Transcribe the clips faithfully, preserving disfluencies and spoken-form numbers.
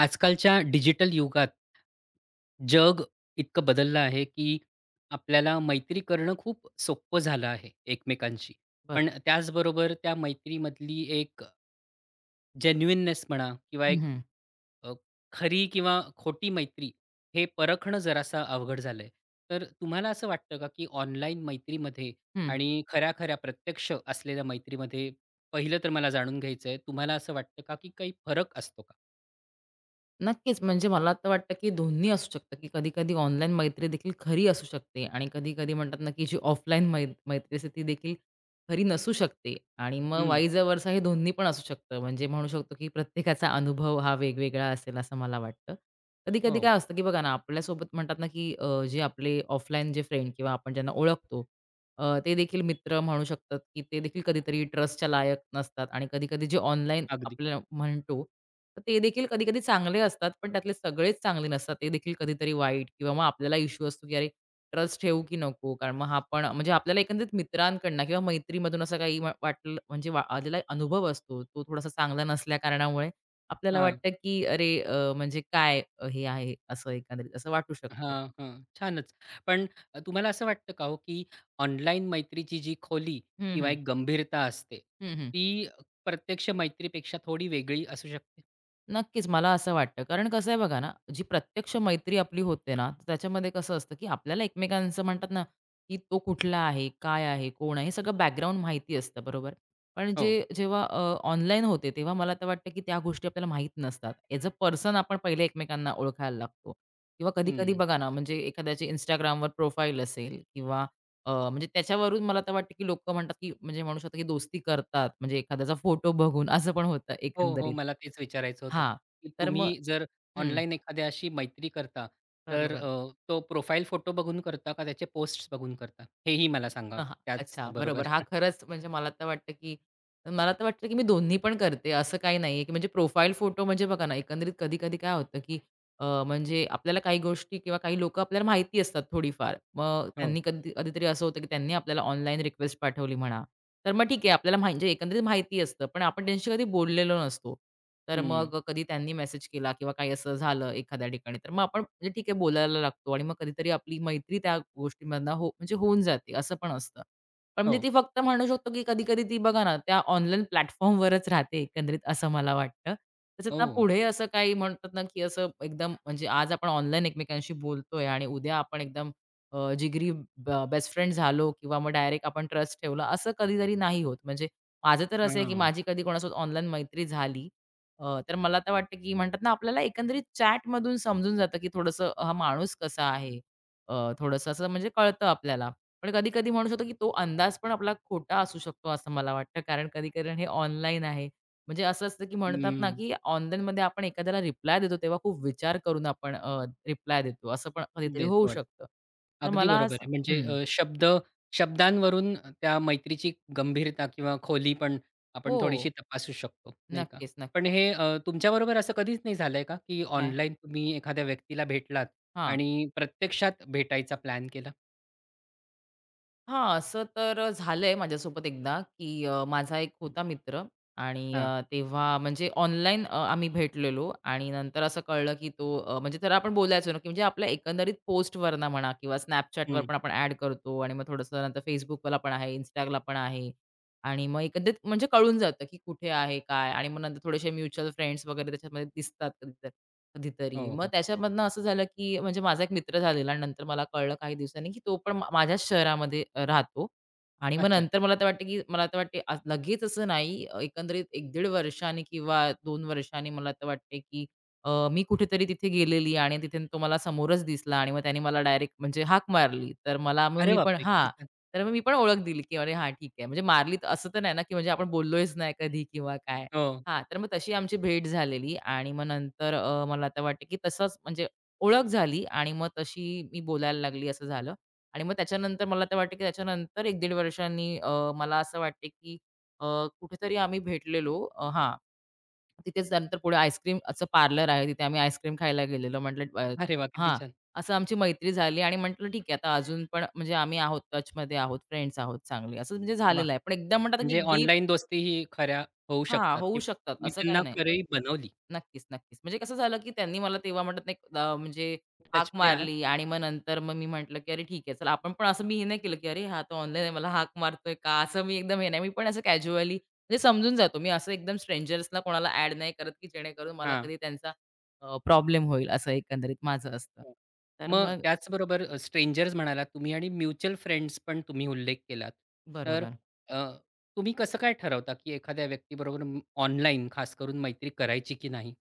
आजकालच्या डिजिटल युगात जग इतकं बदललं आहे, की आपल्याला मैत्री करणं खूप सोपं झालं आहे एकमेकांशी. बरं. पण त्याचबरोबर त्या मैत्रीमधली एक जेन्युइननेस म्हणा किंवा हं, एक हं. अ, खरी किंवा खोटी मैत्री हे परखणं जरासं अवघड झालंय. तर तुम्हाला असं वाटतं का, की ऑनलाईन मैत्रीमध्ये हं. आणि खऱ्या-खऱ्या प्रत्यक्ष असलेल्या मैत्रीमध्ये पहिलं तर मला जाणून घ्यायचंय, तुम्हाला असं वाटतं का, की काही फरक असतो का? नक्कीच. म्हणजे मला तर वाटतं, की दोन्ही असू शकतं, की कधी-कधी ऑनलाईन मैत्री देखील खरी असू शकते आणि कधी-कधी म्हणतात ना, की जी ऑफलाईन मै मैत्री असते ती देखील खरी नसू शकते आणि मग हं. वाईज वर्सा हे दोन्ही पण असू शकतं. म्हणजे म्हणू शकतो, की प्रत्येकाचा अनुभव हा वेगवेगळा असेल असं मला वाटतं. कधी-कधी हो. काय असतं, की बघा ना, आपल्यासोबत म्हणतात ना, की अ, जे आपले ऑफलाईन जे फ्रेंड किंवा आपण ज्यांना ओळखतो अ, ते देखील मित्र म्हणू शकतात, की ते देखील कधीतरी ट्रस्टच्या लायक नसतात आणि कधी-कधी जे ऑनलाईन अगदी. आपल्याला म्हणतो, तर ते देखील कधी-कधी चांगले असतात, पण त्यातले सगळेच चांगले नसतात. ते देखील कधीतरी वाईट किंवा मग आपल्याला इश्यू असतो, की अरे ट्रस्ट ठेवू की नको? कारण मग हा पण म्हणजे आपल्याला एकंदरीत मित्रांकडनं किंवा मैत्रीमधून असं काही वा वाटलं म्हणजे वा आलेला अनुभव असतो, तो थोडासा चांगला नसल्या कारणामुळे आपल्याला वाटतं, की अरे अ, म्हणजे काय अ, हे आहे असं एकंदरीत असं वाटू शकतं. हां, हां. छानच. पण अ, तुम्हाला असं वाटतं का हो, की ऑनलाईन मैत्रीची जी खोली हं, किंवा हं. एक गंभीरता असते, हं, हं. ती अ, प्रत्यक्ष मैत्रीपेक्षा थोडी वेगळी असू शकते? नक्कीच, मला असं वाटतं. कारण कसं आहे बघा ना, जी प्रत्यक्ष मैत्री आपली होते ना, तर त्याच्यामध्ये कसं असतं, की आपल्याला एकमेकांचं म्हणतात ना, की तो कुठला आहे, काय आहे, कोण आहे, हे सगळं बॅकग्राऊंड माहिती असतं, बरोबर. पण जे हो. जेव्हा ऑनलाईन होते, तेव्हा मला तर वाटतं, की त्या गोष्टी आपल्याला माहीत नसतात. ॲज अ पर्सन आपण पहिले एकमेकांना ओळखायला लागतो किंवा कधी-कधी हं. बघा ना, म्हणजे एखाद्याची Instagramवर प्रोफाईल असेल किंवा अ, म्हणजे त्याच्यावरून मला तर वाटतं, की लोकं म्हणतात, की म्हणजे म्हणू शकतो, की दोस्ती करतात. म्हणजे एखाद्याचा फोटो बघून असं पण होतं हो, हो. एकंदरीत. मला तेच विचारायचं होतं, हां. की तर मग तुम्ही जर हं. ऑनलाईन एखाद्याशी मैत्री करता, तर बरोबर. अ, तो प्रोफाईल फोटो बघून करता का त्याचे पोस्ट्स बघून करता? हेही मला सांगा हां, हां. अच्छा, त्याचबरोबर. बरोबर. हा खरंच म्हणजे मला तर वाटतं, की मला तर वाटतं, की मी दोन्ही पण करते. असं काही नाहीये, की म्हणजे प्रोफाईल फोटो म्हणजे बघा ना, एकंदरीत कधी-कधी काय होतं, की अ, म्हणजे आपल्याला काही गोष्टी किंवा काही लोकं आपल्याला माहिती असतात थोडीफार. मग हो. त्यांनी कधी कधीतरी असं होतं, की त्यांनी आपल्याला ऑनलाईन रिक्वेस्ट पाठवली म्हणा, तर मग ठीक आहे आपल्याला माहि म्हणजे एकंदरीत माहिती असतं, पण आपण त्यांच्याशी कधी बोललेलो नसतो. तर हं. मग कधी त्यांनी मेसेज केला किंवा काही असं झालं एखाद्या ठिकाणी, तर मग आपण म्हणजे ठीक आहे बोलायला लागतो आणि मग कधीतरी आपली मैत्री त्या गोष्टीमधनं हो म्हणजे होऊन जाते असं पण असतं. पण म्हणजे हो. ती फक्त म्हणू शकतो, की कधी-कधी ती बघा ना, त्या ऑनलाईन प्लॅटफॉर्मवरच राहते एकंदरीत असं मला वाटतं. तसंच ना ओह! पुढे असं काही म्हणतात ना, की असं एकदम म्हणजे आज आपण ऑनलाईन एकमेकांशी बोलतोय आणि उद्या आपण एकदम अ, जिगरी ब बेस्ट फ्रेंड झालो किंवा मग डायरेक्ट आपण ट्रस्ट ठेवला, असं कधीतरी नाही होत. म्हणजे माझं तर असं आहे, की हां. माझी कधी कोणासोबत ऑनलाईन मैत्री झाली अ, तर मला तर वाटतं, की म्हणतात ना, आपल्याला एकंदरीत चॅटमधून समजून जातं, की थोडंसं हा माणूस कसा आहे. अ, थोडंसं असं म्हणजे कळतं आपल्याला. पण कधी-कधी म्हणू शकतो, की तो अंदाज पण आपला खोटा असू शकतो, असं मला वाटतं. कारण कधी-कधी हे ऑनलाईन आहे. म्हणजे असं असतं की म्हणतात ना, हं. की ऑनलाईनमध्ये आपण एखाद्याला रिप्लाय देतो, तेव्हा खूप विचार करून आपण अ, रिप्लाय देतो. असं पण कधीतरी होऊ देतो वाटतं. शकतं. तर अगदी मला बरोबर असं आहे. म्हणजे हं. अ, शब्द शब्दांवरून त्या मैत्रीची गंभीरता किंवा खोली पण आपण हो. थोडीशी तपासू शकतो, नाही का? नक्कीच, नक्कीच. पण हे अ, तुमच्याबरोबर असं कधीच नाही झालंय का, की काय? ऑनलाईन तुम्ही एखाद्या व्यक्तीला भेटलात हां. आणि प्रत्यक्षात भेटायचा प्लॅन केला? हां, असं तर अ, झालंय माझ्यासोबत एकदा, की अ, माझा एक होता मित्र आणि अ, हां. तेव्हा म्हणजे ऑनलाईन आम्ही भेटलेलो आणि नंतर असं कळलं, की तो अ, म्हणजे त्याला आपण बोलायचो ना, की म्हणजे आपल्या एकंदरीत पोस्टवरनं म्हणा किंवा Snapchatवर हं. पण आपण ॲड करतो आणि मग थोडंसं नंतर Facebookला पण आहे, Instaला पण आहे आणि मग एकंदरीत म्हणजे कळून जातं, की कुठे आहे, काय आणि मग नंतर थोडेसे म्युच्युअल फ्रेंड्स वगैरे त्याच्यामध्ये दिसतात कधी कधीतरी. हो, मग हो. त्याच्यामधनं असं झालं, की म्हणजे माझा एक मित्र झालेला. नंतर मला कळलं काही दिवसांनी, की तो पण मा माझ्याच शहरामध्ये अ, राहतो. आणि मग अच्छा. नंतर मला तर वाटतं, की मला तर वाटते आ लगेच असं नाही. अ, एकंदरीत एक ते दीड वर्षांनी किंवा दोन वर्षांनी मला तर वाटते, की अ, मी कुठेतरी तिथे गेलेली आणि तिथे तो मला समोरच दिसला आणि मग त्याने मला डायरेक्ट म्हणजे हाक मारली. तर मला मग अरे मी पण बापरे! हां. किती छान. तर मग मी पण ओळख दिली, की अरे हां, ठीक आहे. म्हणजे मारली तर असं तर नाही ना, की म्हणजे आपण बोललोच नाही कधी किंवा काय. हो. हा तर मग तशी आमची भेट झालेली आणि मग नंतर अ, मला आता वाटतं, की तसंच म्हणजे ओळख झाली आणि मग तशी मी बोलायला लागली असं झालं. आणि मग त्याच्यानंतर मला तर वाटतं, की त्याच्यानंतर एक ते दीड वर्षांनी अ, मला असं वाटते, की अ, कुठेतरी आम्ही भेटलेलो अ, हां, तिथेच नंतर पुढे आईस्क्रीमचं पार्लर आहे, तिथे आम्ही आईस्क्रीम खायला गेलेलो. म्हटलं अ, अरे वाह! किती हां, छान. असं आमची मैत्री झाली आणि म्हटलं ठीक आहे आता अजून पण म्हणजे आम्ही आहोत, टचमध्ये आहोत, फ्रेंड्स आहोत चांगले. असं म्हणजे वाह! झालेलं आहे. पण एकदा म्हणतात, ना की म्हणजे डीप ऑनलाईन दोस्तीही खऱ्या होऊ हां, शकतात होऊ किंवा शकतात तुम्ही असं काही त्यांना नाही. खरी बनवली. नक्कीच, नक्कीच. म्हणजे कसं झालं, की त्यांनी मला तेव्हा म्हणतात ना, एक म्हणजे हाक टचमध्ये आहात? मारली आणि मग नंतर मग मी म्हटलं, की "अरे ठीक आहे, चला." आपण पण असं मी हे नाही केलं, की "अरे हा तर ऑनलाईन आहे, मला हाक मारतोय का?" असं मी एकदम हे नाही. मी पण असं कॅज्युअली म्हणजे समजून जातो. मी असं एकदम स्ट्रेंजर्सला कोणाला ॲड नाही करत, की जेणेकरून मला हां. कधी त्यांचा अ, प्रॉब्लेम होईल, असं एकंदरीत माझं असतं. हो. तर मग मग त्याचबरोबर स्ट्रेंजर्स म्हणालात तुम्ही आणि म्युच्युअल फ्रेंड्स पण तुम्ही उल्लेख केलात. तर बरोबर. अ, तुम्ही कसं काय ठरवता, की एखाद्या व्यक्तीबरोबर ऑनलाईन खास करून मैत्री करायची की नाही?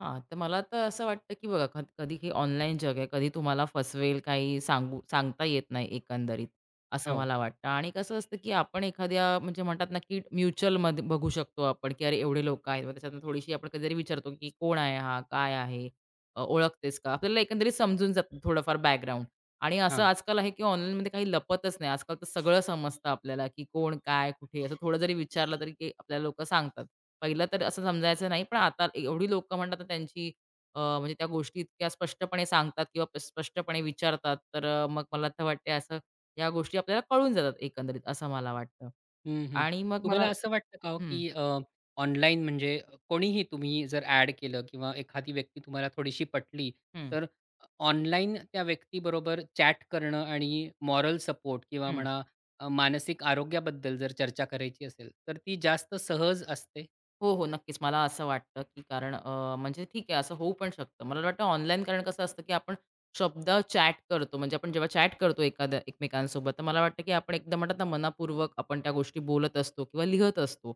हां, तर मला तर असं वाटतं, की बघा कध कधी हे ऑनलाईन जग आहे. कधी तुम्हाला फसवेल, काही सांगू सांगता येत नाही एकंदरीत, असं हो. मला वाटतं. आणि कसं असतं, की आपण एखाद्या म्हणजे म्हणतात ना, की म्युच्युअलमध्ये बघू शकतो आपण, की अरे एवढे लोकं आहेत. मग त्याच्यातनं थोडीशी आपण कधीतरी विचारतो, की कोण आहे हा? काय आहे? अ, ओळखतेस का? आपल्याला एकंदरीत समजून जातं थोडंफार बॅकग्राऊंड. आणि असं हां. आजकाल आहे, की ऑनलाईनमध्ये काही लपतच नाही. आजकाल तर सगळं समजतं आपल्याला, की कोण, काय, कुठे असं थोडं जरी विचारलं तरी ते आपल्याला लोकं सांगतात. पहिलं तर असं समजायचं नाही, पण आता एवढी लोक म्हणतात ना त्यांची अ, म्हणजे त्या गोष्टी इतक्या स्पष्टपणे सांगतात किंवा प- स्पष्टपणे विचारतात. तर अ, मग मला तर वाटते असं या गोष्टी आपल्याला कळून जातात एकंदरीत असं मला वाटतं. हं, हं. आणि मग मला तुम्हाला असं वाटतं का हो, हं, की अ, ऑनलाईन म्हणजे अ, कोणीही तुम्ही जर ॲड केलं किंवा एखादी व्यक्ती तुम्हाला थोडीशी पटली, हं, तर अ, ऑनलाईन त्या व्यक्तीबरोबर चॅट करणं आणि मॉरल सपोर्ट किंवा हं. म्हणा अ, मानसिक आरोग्याबद्दल जर चर्चा करायची असेल, तर ती जास्त सहज असते? हो, हो. नक्कीच. मला असं वाटतं, की कारण अ, म्हणजे ठीक आहे असं होऊ पण शकतं. मला वाटतं ऑनलाईन कारण कसं असतं, की आपण शब्द चॅट करतो. म्हणजे आपण जेव्हा चॅट करतो एखाद्या एकमेकांसोबत, तर मला वाटतं, की आपण एकदम म्हणतात ना, मनापूर्वक आपण त्या गोष्टी बोलत असतो किंवा लिहत असतो.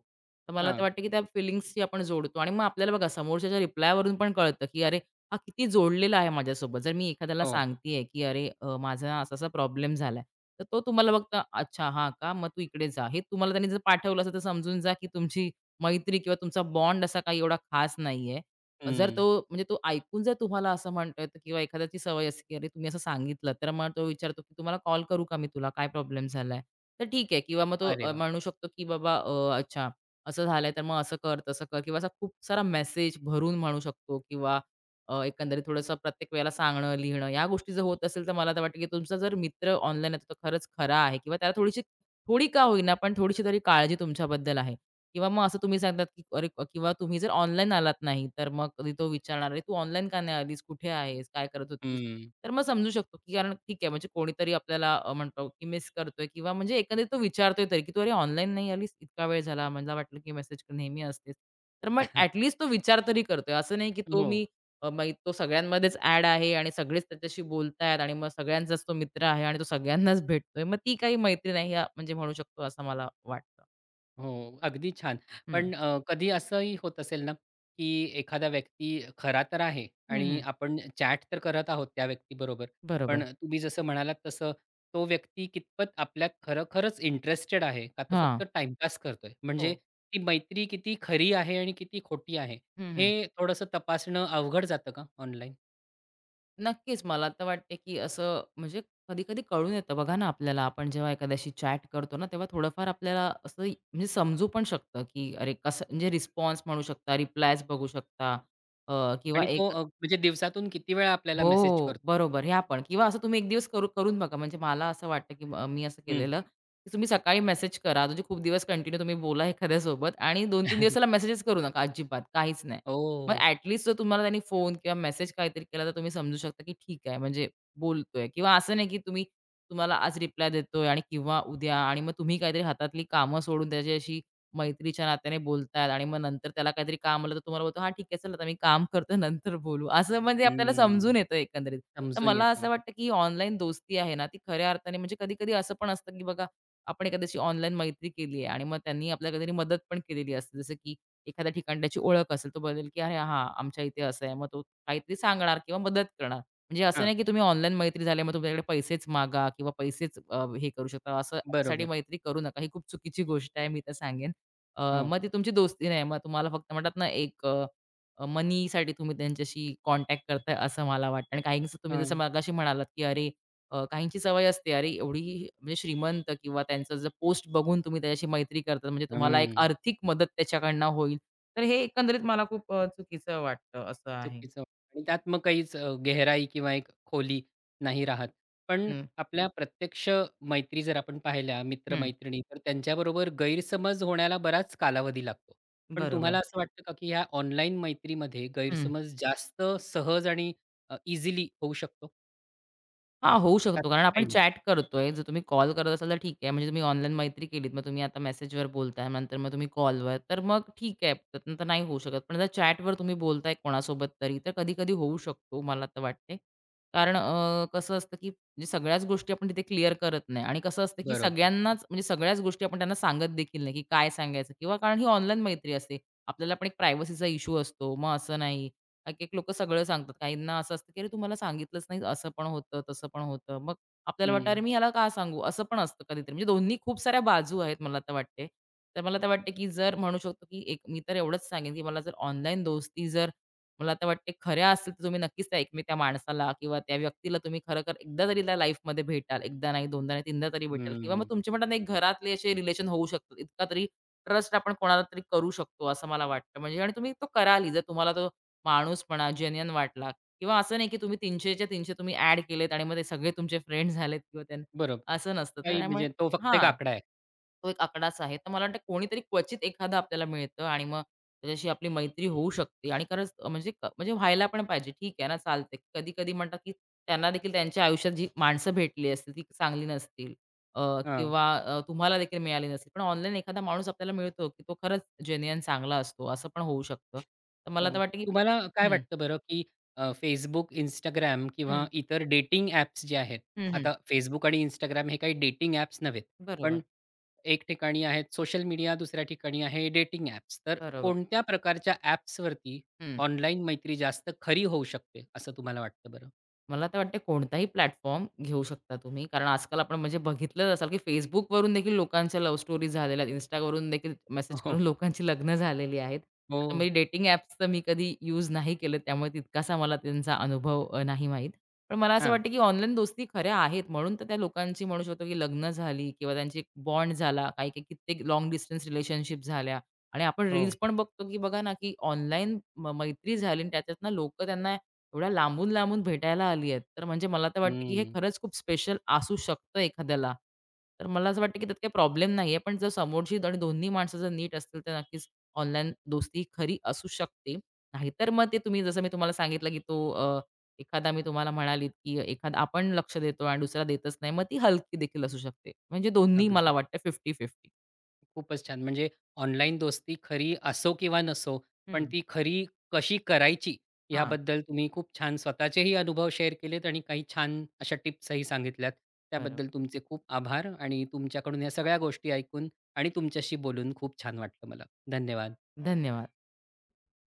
तर मला तर हां. वाटतं, की त्या फिलिंग्सशी आपण जोडतो आणि मग आपल्याला बघा समोरच्याच्या रिप्लायवरून पण कळतं, की अरे, हा किती जोडलेला आहे माझ्यासोबत. जर मी एखाद्याला हो. सांगतेय, की अरे, अ, माझा असा-असा प्रॉब्लेम झालाय. तर तो तुम्हाला बघता, "अच्छा, हां का? मग तू इकडे जा." हे तुम्हाला त्यांनी जर पाठवलं असेल, तर समजून जा, की तुमची मैत्री किंवा तुमचा बॉन्ड असा काही एवढा खास नाहीये. जर हं. तो म्हणजे तो ऐकून जर तुम्हाला असं म्हणतोय तर, किंवा एखाद्याची सवय असते, की अरे तुम्ही असं सांगितलं, तर मग तो विचारतो, की "तुम्हाला कॉल करू का मी तुला? काय प्रॉब्लेम झालाय?" तर ठीक आहे किंवा मग तो अरे अ, वाह! म्हणू शकतो, की "बाबा अ, अच्छा असं झालंय तर मग असं कर, तसं कर" किंवा असा खूप सारा मेसेज भरून म्हणू शकतो किंवा अ, एकंदरीत थोडंसं प्रत्येक वेळेला सांगणं, लिहिणं या गोष्टी जर होत असेल, तर मला तर वाटतं, की तुमचा जर मित्र ऑनलाईन आहे, तो खरंच खरा आहे किंवा त्याला थोडीशी थोडी का होईना, पण थोडीशी तरी काळजी तुमच्याबद्दल आहे. किंवा मग असं तुम्ही सांगतात, की अरे किंवा तुम्ही जर ऑनलाईन आलात नाही, तर मग कधी तो विचारणार, "अरे तू ऑनलाईन का नाही आलीस? कुठे आहेस? काय करत होतीस?" हं. तर मग समजू शकतो, की कारण ठीक आहे म्हणजे कोणीतरी आपल्याला अ, म्हणतो, की मिस करतोय किंवा म्हणजे एकंदरीत तो विचारतोय तरी, की "तू अरे ऑनलाईन नाही आलीस? इतका वेळ झाला. मला वाटलं, की मेसेज नेहमी असतेस." तर मग ॲट तो विचार तरी करतोय. असं नाही, की तो हो. मी अ, मग तो सगळ्यांमध्येच ॲड आहे आणि सगळेच त्याच्याशी बोलतायत आणि मग सगळ्यांचाच तो मित्र आहे आणि तो सगळ्यांनाच भेटतोय. मग ती काही मैत्री नाही, हा- म्हणजे म्हणू शकतो असं मला वाटतं. हो, अगदी छान. हं. पण अ, कधी असंही होत असेल ना, की एखादा व्यक्ती खरा तर आहे हं, आणि हं. आपण चॅट तर करत आहोत त्या व्यक्तीबरोबर. पण बरोबर. तुम्ही जसं म्हणालात तसं तो व्यक्ती कितपत आपल्यात खरोखरच इंटरेस्टेड आहे का तो हां. फक्त टाईमपास करतोय? म्हणजे हो. ती मैत्री किती खरी आहे आणि किती खोटी आहे, हं, हं. हे थोडंसं तपासणं अवघड जातं का ऑनलाईन? नक्कीच. मला तर वाटते, की असं म्हणजे कधी-कधी कळून येतं बघा ना आपल्याला, आपण जेव्हा एखाद्याशी चॅट करतो ना, तेव्हा थोडंफार आपल्याला असं म्हणजे समजू पण शकतं, की अरे कसं म्हणजे रिस्पॉन्स म्हणू शकता, रिप्लायज बघू शकता अ, किंवा आणि तो एक अ, म्हणजे दिवसातून किती वेळा आपल्याला मेसेज हो, करतो? बरोबर. हे आपण किंवा असं तुम्ही एक दिवस करू करून बघा. म्हणजे मला असं वाटतं, की अ, मी असं हं. केलेलं, की तुम्ही सकाळी मेसेज करा. म्हणजे खूप दिवस कंटिन्यू तुम्ही बोला एखाद्यासोबत आणि दोन ते तीन दिवस त्याला मेसेजच करू नका अजिबात, काहीच नाही. मग हो. ॲटलीस्ट जर तुम्हाला त्यांनी फोन किंवा मेसेज काहीतरी केला, तर तुम्ही समजू शकता, की ठीक आहे म्हणजे बोलतोय किंवा असं नाही, की तुम्ही तुम्हाला आज रिप्लाय देतोय आणि किंवा उद्या आणि मग तुम्ही काहीतरी हातातली कामं सोडून त्याच्याशी मैत्रीच्या नात्याने बोलतायत आणि मग नंतर त्याला काहीतरी काम आलं तर तुम्हाला बोलतो, "हां, ठीक आहे. चल आता मी काम करतो नंतर बोलू." असं म्हणजे आपल्याला समजून हं. येतं एकंदरीत. तर समजून मला येतं. असं वाटतं, की ऑनलाईन दोस्ती आहे ना, ती खऱ्या अर्थाने म्हणजे कधी-कधी असं पण असतं, की बघा आपण एखाद्याशी ऑनलाईन मैत्री केली आहे आणि मग त्यांनी आपल्याला काहीतरी मदत पण केलेली असते. जसं की एखाद्या ठिकाणी त्याची ओळख असेल, तो बोलेल, की "अरे हां, आमच्या इथे असं आहे." मग तो काहीतरी सांगणार किंवा मदत करणार. म्हणजे असं हां, नाही, की तुम्ही ऑनलाईन मैत्री झाली मग तुमच्याकडे पैसेच मागा किंवा पैसेच अ, हे करू शकता. असं साठी बरोबर. मैत्री करू नका. ही खूप चुकीची गोष्ट आहे, मी तर सांगेन. अ, हो. मग ती तुमची दोस्ती नाही. मग तुम्हाला फक्त म्हणतात ना, एक अ, अ, मनीसाठी तुम्ही त्यांच्याशी कॉन्टॅक्ट करताय असं मला वाटतं. आणि काहींचं तुम्ही जसं हां. मगाशी म्हणालात, की अरे अ, काहींची सवय असते, अरे एवढी म्हणजे श्रीमंत किंवा त्यांचं जर पोस्ट बघून तुम्ही त्याच्याशी मैत्री करता, म्हणजे तुम्हाला एक हं. आर्थिक मदत त्याच्याकडनं होईल. तर हे एकंदरीत मला खूप अ, चुकीचं वाटतं असं आहे. चुकीचं आणि त्यात मग काहीच अ, गहराई किंवा एक खोली नाही राहत. पण हं, आपल्या प्रत्यक्ष मैत्री जर आपण पाहिल्या हं. मित्र-मैत्रिणी, तर त्यांच्याबरोबर गैरसमज होण्याला बराच कालावधी लागतो. पण बरोबर. तुम्हाला असं वाटतं का, की ह्या ऑनलाईन मैत्रीमध्ये गैरसमज जास्त सहज आणि अ, इझिली होऊ शकतो? हां, होऊ का शकतो. कारण तसं आपण काही नाही? चॅट करतोय. जर तुम्ही कॉल करत असाल तर ठीक आहे. म्हणजे तुम्ही ऑनलाईन मैत्री केलीत. मग तुम्ही आता मेसेजवर बोलताय, नंतर मग तुम्ही कॉलवर, तर मग ठीक आहे. त्यातनं तर नाही होऊ शकत. पण जर चॅटवर तुम्ही बोलताय कोणासोबत तरी, तर कधी-कधी होऊ शकतो, मला तर वाटते. कारण अ, कसं असतं, की म्हणजे सगळ्याच गोष्टी आपण तिथे क्लिअर करत नाही आणि कसं असतं, की बरोबर. सगळ्यांनाच म्हणजे सगळ्याच गोष्टी आपण त्यांना सांगत देखील नाही, की काय सांगायचं किंवा कारण ही ऑनलाईन मैत्री असते. आपल्याला पण एक प्रायव्हसीचा इश्यू असतो. मग असं नाही एक-एक लोकं सगळं सांगतात. काहींना असं असतं, की "अरे, तू मला सांगितलंच नाही. असं पण होतं, तसं पण होतं." मग आपल्याला वाटतं, हं, "अरे, मी ह्याला का सांगू?" असं पण असतं कधीतरी. म्हणजे दोन्ही खूप साऱ्या बाजू आहेत मला तर वाटते. तर मला तर वाटते, की जर म्हणू शकतो, की एक मी तर एवढंच सांगेन, की मला जर ऑनलाईन दोस्ती जर मला तर वाटते खऱ्या असतील, तर तुम्ही नक्कीच त्या एकमेक त्या माणसाला किंवा त्या व्यक्तीला तुम्ही खरं-खरं एकदा तरी त्या लाईफमध्ये भेटाल. एकदा नाही, दोनदा नाही, तीनदा तरी भेटाल किंवा हं. मग तुमचे म्हणतात ना, एक घरातले असे रिलेशन होऊ शकतात. इतका तरी ट्रस्ट आपण कोणाला तरी करू शकतो, असं मला वाटतं. म्हणजे आणि तुम्ही तो करालही. जर तुम्हाला तो माणूसपणा जेन्युइन वाटला किंवा असं नाही, की तुम्ही तीनशेच्या तीनशे तुम्ही ॲड केलेत आणि मग ते सगळे तुमचे फ्रेंड्स झालेत किंवा त्यां बरोबर. असं नसतं. तर काही त्यामुळे म्हणजे तो फक्त एक हां, आकडा आहे. तो एक आकडाच आहे. तर मला वाटतं कोणीतरी क्वचित एखादं आपल्याला मिळतं आणि मग त्याच्याशी आपली मैत्री होऊ शकते आणि खरंच अ, म्हणजे क म्हणजे व्हायला पण पाहिजे. ठीक आहे ना, चालते. कधी-कधी म्हणतात, की त्यांना देखील त्यांच्या आयुष्यात जी माणसं भेटली असतील ती चांगली नसतील अ, हां. किंवा अ, तुम्हाला देखील मिळाली नसतील. पण ऑनलाईन एखादा माणूस आपल्याला मिळतो, की तो खरंच जेन्युइन चांगला असतो. असं पण होऊ शकतं. तर मला तर हो. वाटतं, की तुम्हाला काय वाटतं बरं, की अ, Facebook, Instagram किंवा हं. इतर डेटिंग ॲप्स जे आहेत. हं, हं. आता Facebook आणि Instagram हे काही डेटिंग ॲप्स नव्हेत. पण बरोबर, एक ठिकाणी आहेत सोशल मीडिया, दुसऱ्या ठिकाणी आहे डेटिंग ॲप्स. तर बरोबर. कोणत्या प्रकारच्या ॲप्सवरती हं. ऑनलाईन मैत्री जास्त खरी होऊ शकते, असं तुम्हाला वाटतं बरं? मला तर वाटते कोणताही प्लॅटफॉर्म घेऊ शकता तुम्ही. कारण आजकाल आपण म्हणजे बघितलंच असाल, की Facebookवरून देखील लोकांच्या लव्ह स्टोरीज झालेल्या आहेत. Instaवरून देखील मेसेज करून हो. लोकांची लग्न झालेली आहेत. आता हो. मी डेटिंग ॲप्स तर मी कधी यूज नाही केले, त्यामुळे तितकासा मला त्यांचा अनुभव अ, नाही माहीत. पण मला असं हां. वाटतं, की ऑनलाईन दोस्ती खऱ्या आहेत. म्हणून तर त्या लोकांची म्हणू शकतो, की लग्न झाली किंवा त्यांची एक बॉन्ड झाला. काही-काही कित्येक लाँग डिस्टन्स रिलेशनशिप झाल्या आणि आपण रील्स हो. पण बघतो, की बघा ना, की ऑनलाईन मैत्री झाली आणि त्याच्यातनं लोकं त्यांना एवढ्या लांबून-लांबून भेटायला आली आहेत. तर म्हणजे मला तर वाटतं, की हे हं. खरंच खूप स्पेशल असू शकतं एखाद्याला. तर मला असं वाटतं, की त्यात काही प्रॉब्लेम नाहीये. पण जर समोरची आणि दोन्ही माणसं जर नीट असतील, तर नक्कीच ऑनलाईन दोस्ती खरी असू शकते. नाहीतर मग ते तुम्ही जसं मी तुम्हाला सांगितलं, की तो अ, एखादा मी तुम्हाला म्हणालीत, की एखादा आपण लक्ष देतो आणि दुसरा देतच नाही. मग ती हलकी देखील असू शकते. म्हणजे दोन्ही मला अगदी. वाटतं पन्नास पन्नास. खूपच छान. म्हणजे ऑनलाईन दोस्ती खरी असो किंवा नसो, पण ती खरी कशी करायची हां, याबद्दल तुम्ही खूप छान स्वतःचेही अनुभव शेअर केलेत आणि काही छान अशा टिप्सही सांगितल्यात. त्याबद्दल बरोबर. तुमचे खूप आभार आणि तुमच्याकडून या सगळ्या गोष्टी ऐकून आणि तुमच्याशी बोलून खूप छान वाटलं मला. धन्यवाद. धन्यवाद.